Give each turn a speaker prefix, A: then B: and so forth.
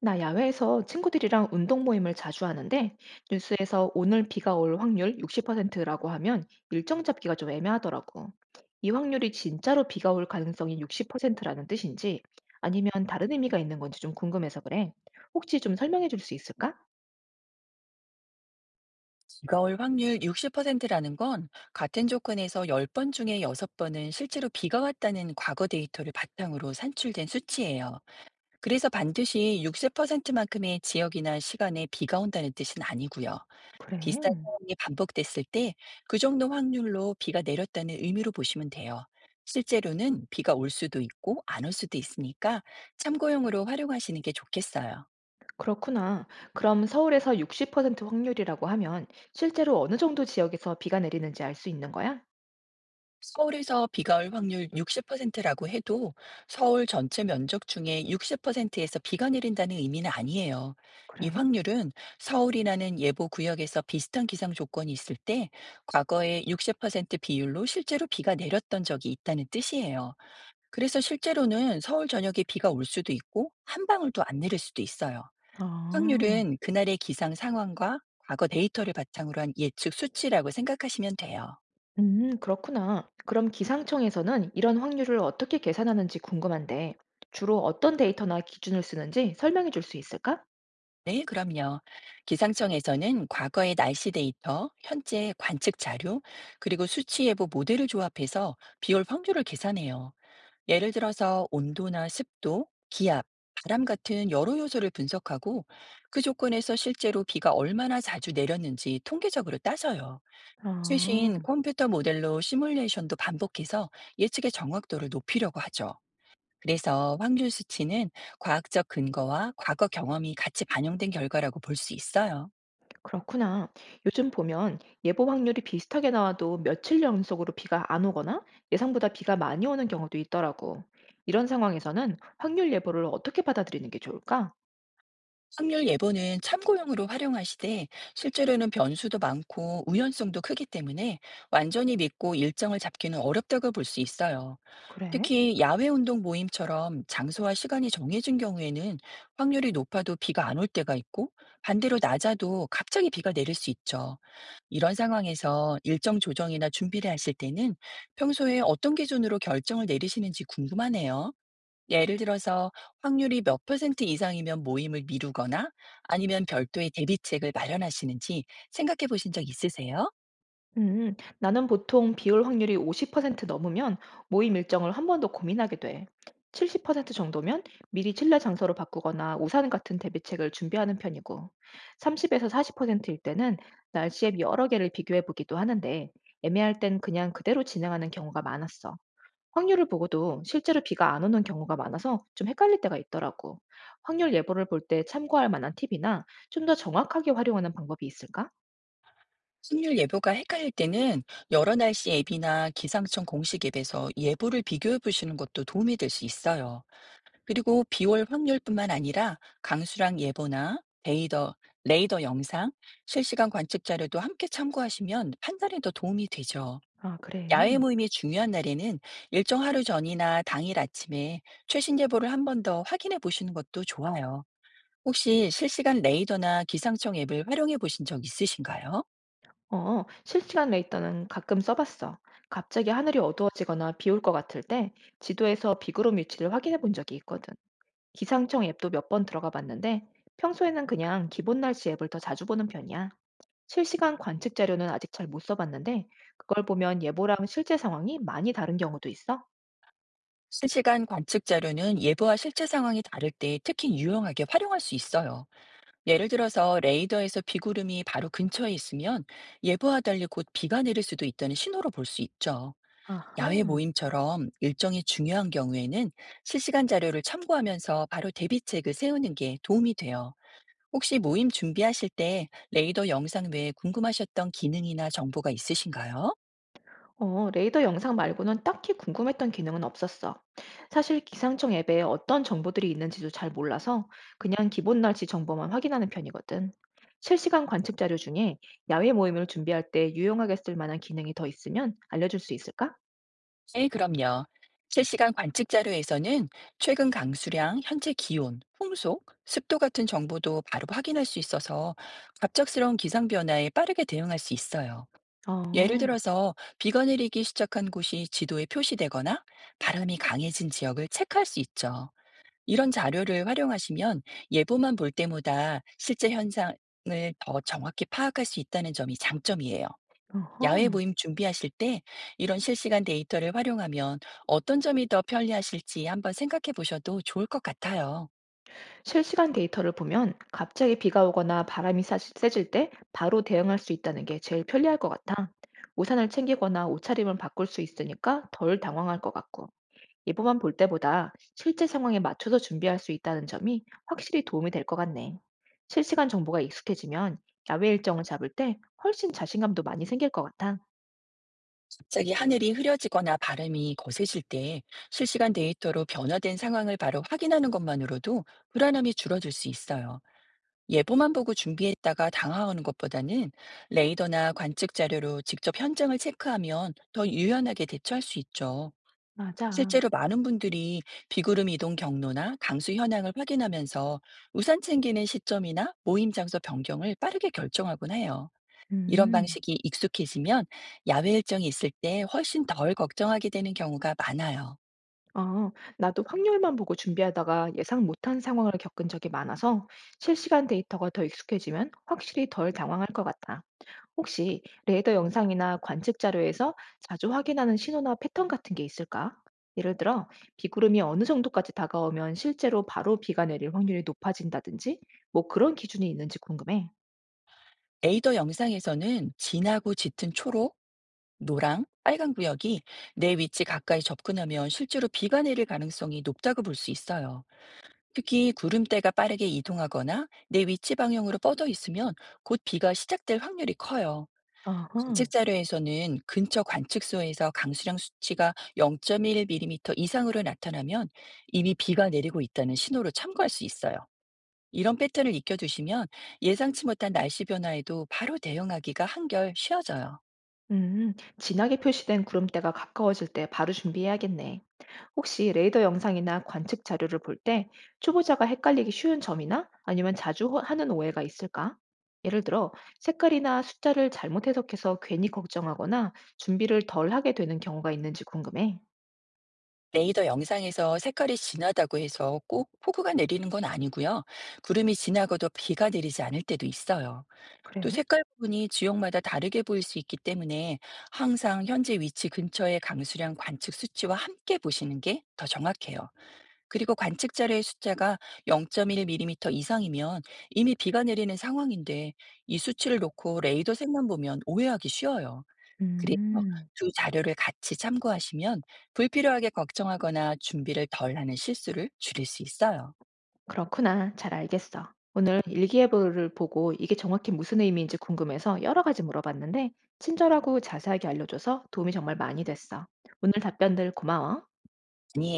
A: 나 야외에서 친구들이랑 운동 모임을 자주 하는데 뉴스에서 오늘 비가 올 확률 60%라고 하면 일정 잡기가 좀 애매하더라고. 이 확률이 진짜로 비가 올 가능성이 60%라는 뜻인지 아니면 다른 의미가 있는 건지 좀 궁금해서 그래. 혹시 좀 설명해 줄 수 있을까?
B: 비가 올 확률 60%라는 건 같은 조건에서 10번 중에 6번은 실제로 비가 왔다는 과거 데이터를 바탕으로 산출된 수치예요. 그래서 반드시 60%만큼의 지역이나 시간에 비가 온다는 뜻은 아니고요.
A: 그래.
B: 비슷한 상황이 반복됐을 때 그 정도 확률로 비가 내렸다는 의미로 보시면 돼요. 실제로는 비가 올 수도 있고 안 올 수도 있으니까 참고용으로 활용하시는 게 좋겠어요.
A: 그렇구나. 그럼 서울에서 60% 확률이라고 하면 실제로 어느 정도 지역에서 비가 내리는지 알 수 있는 거야?
B: 서울에서 비가 올 확률 60%라고 해도 서울 전체 면적 중에 60%에서 비가 내린다는 의미는 아니에요. 이
A: 그래?
B: 확률은 서울이라는 예보 구역에서 비슷한 기상 조건이 있을 때 과거에 60% 비율로 실제로 비가 내렸던 적이 있다는 뜻이에요. 그래서 실제로는 서울 전역에 비가 올 수도 있고 한 방울도 안 내릴 수도 있어요.
A: 아.
B: 확률은 그날의 기상 상황과 과거 데이터를 바탕으로 한 예측 수치라고 생각하시면 돼요.
A: 그렇구나. 그럼 기상청에서는 이런 확률을 어떻게 계산하는지 궁금한데, 주로 어떤 데이터나 기준을 쓰는지 설명해 줄 수 있을까?
B: 네, 그럼요. 기상청에서는 과거의 날씨 데이터, 현재 관측 자료, 그리고 수치 예보 모델을 조합해서 비올 확률을 계산해요. 예를 들어서 온도나 습도, 기압, 바람 같은 여러 요소를 분석하고 그 조건에서 실제로 비가 얼마나 자주 내렸는지 통계적으로 따져요. 최신
A: 아,
B: 컴퓨터 모델로 시뮬레이션도 반복해서 예측의 정확도를 높이려고 하죠. 그래서 확률 수치는 과학적 근거와 과거 경험이 같이 반영된 결과라고 볼 수 있어요.
A: 그렇구나. 요즘 보면 예보 확률이 비슷하게 나와도 며칠 연속으로 비가 안 오거나 예상보다 비가 많이 오는 경우도 있더라고. 이런 상황에서는 확률 예보를 어떻게 받아들이는 게 좋을까?
B: 확률 예보는 참고용으로 활용하시되 실제로는 변수도 많고 우연성도 크기 때문에 완전히 믿고 일정을 잡기는 어렵다고 볼 수 있어요.
A: 그래.
B: 특히 야외 운동 모임처럼 장소와 시간이 정해진 경우에는 확률이 높아도 비가 안 올 때가 있고 반대로 낮아도 갑자기 비가 내릴 수 있죠. 이런 상황에서 일정 조정이나 준비를 하실 때는 평소에 어떤 기준으로 결정을 내리시는지 궁금하네요. 예를 들어서 확률이 몇 퍼센트 이상이면 모임을 미루거나 아니면 별도의 대비책을 마련하시는지 생각해 보신 적 있으세요?
A: 나는 보통 비올 확률이 50% 넘으면 모임 일정을 한 번 더 고민하게 돼. 70% 정도면 미리 칠레 장소로 바꾸거나 우산 같은 대비책을 준비하는 편이고, 30에서 40%일 때는 날씨 앱 여러 개를 비교해 보기도 하는데, 애매할 땐 그냥 그대로 진행하는 경우가 많았어. 확률을 보고도 실제로 비가 안 오는 경우가 많아서 좀 헷갈릴 때가 있더라고. 확률 예보를 볼 때 참고할 만한 팁이나 좀 더 정확하게 활용하는 방법이 있을까?
B: 확률 예보가 헷갈릴 때는 여러 날씨 앱이나 기상청 공식 앱에서 예보를 비교해 보시는 것도 도움이 될 수 있어요. 그리고 비올 확률뿐만 아니라 강수량 예보나 데이더, 레이더 영상, 실시간 관측 자료도 함께 참고하시면 판단에 더 도움이 되죠.
A: 아, 그래.
B: 야외 모임이 중요한 날에는 일정 하루 전이나 당일 아침에 최신 예보를 한번 더 확인해 보시는 것도 좋아요. 혹시 실시간 레이더나 기상청 앱을 활용해 보신 적 있으신가요?
A: 어, 실시간 레이더는 가끔 써봤어. 갑자기 하늘이 어두워지거나 비 올 것 같을 때 지도에서 비구름 위치를 확인해 본 적이 있거든. 기상청 앱도 몇 번 들어가 봤는데 평소에는 그냥 기본 날씨 앱을 더 자주 보는 편이야. 실시간 관측 자료는 아직 잘 못 써봤는데 그걸 보면 예보랑 실제 상황이 많이 다른 경우도 있어?
B: 실시간 관측 자료는 예보와 실제 상황이 다를 때 특히 유용하게 활용할 수 있어요. 예를 들어서 레이더에서 비구름이 바로 근처에 있으면 예보와 달리 곧 비가 내릴 수도 있다는 신호로 볼 수 있죠. 야외
A: 아하.
B: 모임처럼 일정이 중요한 경우에는 실시간 자료를 참고하면서 바로 대비책을 세우는 게 도움이 돼요. 혹시 모임 준비하실 때 레이더 영상 외에 궁금하셨던 기능이나 정보가 있으신가요?
A: 어, 레이더 영상 말고는 딱히 궁금했던 기능은 없었어. 사실 기상청 앱에 어떤 정보들이 있는지도 잘 몰라서 그냥 기본 날씨 정보만 확인하는 편이거든. 실시간 관측 자료 중에 야외 모임을 준비할 때 유용하게 쓸 만한 기능이 더 있으면 알려줄 수 있을까?
B: 네, 그럼요. 실시간 관측 자료에서는 최근 강수량, 현재 기온, 풍속, 습도 같은 정보도 바로 확인할 수 있어서 갑작스러운 기상 변화에 빠르게 대응할 수 있어요. 예를
A: 아,
B: 들어서 비가 내리기 시작한 곳이 지도에 표시되거나 바람이 강해진 지역을 체크할 수 있죠. 이런 자료를 활용하시면 예보만 볼 때보다 실제 현상을 더 정확히 파악할 수 있다는 점이 장점이에요. 야외
A: 아하.
B: 모임 준비하실 때 이런 실시간 데이터를 활용하면 어떤 점이 더 편리하실지 한번 생각해 보셔도 좋을 것 같아요.
A: 실시간 데이터를 보면 갑자기 비가 오거나 바람이 세질 때 바로 대응할 수 있다는 게 제일 편리할 것 같아. 우산을 챙기거나 옷차림을 바꿀 수 있으니까 덜 당황할 것 같고 예보만 볼 때보다 실제 상황에 맞춰서 준비할 수 있다는 점이 확실히 도움이 될 것 같네. 실시간 정보가 익숙해지면 야외 일정을 잡을 때 훨씬 자신감도 많이 생길 것 같아.
B: 갑자기 하늘이 흐려지거나 바람이 거세질 때 실시간 데이터로 변화된 상황을 바로 확인하는 것만으로도 불안함이 줄어들 수 있어요. 예보만 보고 준비했다가 당황하는 것보다는 레이더나 관측 자료로 직접 현장을 체크하면 더 유연하게 대처할 수 있죠.
A: 맞아.
B: 실제로 많은 분들이 비구름 이동 경로나 강수 현황을 확인하면서 우산 챙기는 시점이나 모임 장소 변경을 빠르게 결정하곤 해요. 이런
A: 음.
B: 방식이 익숙해지면 야외 일정이 있을 때 훨씬 덜 걱정하게 되는 경우가 많아요.
A: 아, 나도 확률만 보고 준비하다가 예상 못한 상황을 겪은 적이 많아서 실시간 데이터가 더 익숙해지면 확실히 덜 당황할 것 같아. 혹시 레이더 영상이나 관측 자료에서 자주 확인하는 신호나 패턴 같은 게 있을까? 예를 들어, 비구름이 어느 정도까지 다가오면 실제로 바로 비가 내릴 확률이 높아진다든지, 뭐 그런 기준이 있는지 궁금해.
B: 에이더 영상에서는 진하고 짙은 초록, 노랑, 빨간 구역이 내 위치 가까이 접근하면 실제로 비가 내릴 가능성이 높다고 볼 수 있어요. 특히 구름대가 빠르게 이동하거나 내 위치 방향으로 뻗어 있으면 곧 비가 시작될 확률이 커요.
A: 어허.
B: 관측 자료에서는 근처 관측소에서 강수량 수치가 0.1mm 이상으로 나타나면 이미 비가 내리고 있다는 신호로 참고할 수 있어요. 이런 패턴을 익혀두시면 예상치 못한 날씨 변화에도 바로 대응하기가 한결 쉬워져요.
A: 음, 진하게 표시된 구름대가 가까워질 때 바로 준비해야겠네. 혹시 레이더 영상이나 관측 자료를 볼 때 초보자가 헷갈리기 쉬운 점이나 아니면 자주 하는 오해가 있을까? 예를 들어, 색깔이나 숫자를 잘못 해석해서 괜히 걱정하거나 준비를 덜 하게 되는 경우가 있는지 궁금해.
B: 레이더 영상에서 색깔이 진하다고 해서 꼭 폭우가 내리는 건 아니고요. 구름이 지나고도 비가 내리지 않을 때도 있어요. 또
A: 그래?
B: 색깔 부분이 지역마다 다르게 보일 수 있기 때문에 항상 현재 위치 근처의 강수량 관측 수치와 함께 보시는 게 더 정확해요. 그리고 관측 자료의 숫자가 0.1mm 이상이면 이미 비가 내리는 상황인데 이 수치를 놓고 레이더 색만 보면 오해하기 쉬워요. 그래서
A: 음,
B: 두 자료를 같이 참고하시면 불필요하게 걱정하거나 준비를 덜 하는 실수를 줄일 수 있어요.
A: 그렇구나. 잘 알겠어. 오늘 일기예보를 보고 이게 정확히 무슨 의미인지 궁금해서 여러 가지 물어봤는데, 친절하고 자세하게 알려줘서 도움이 정말 많이 됐어. 오늘 답변들 고마워.
B: 아니에요.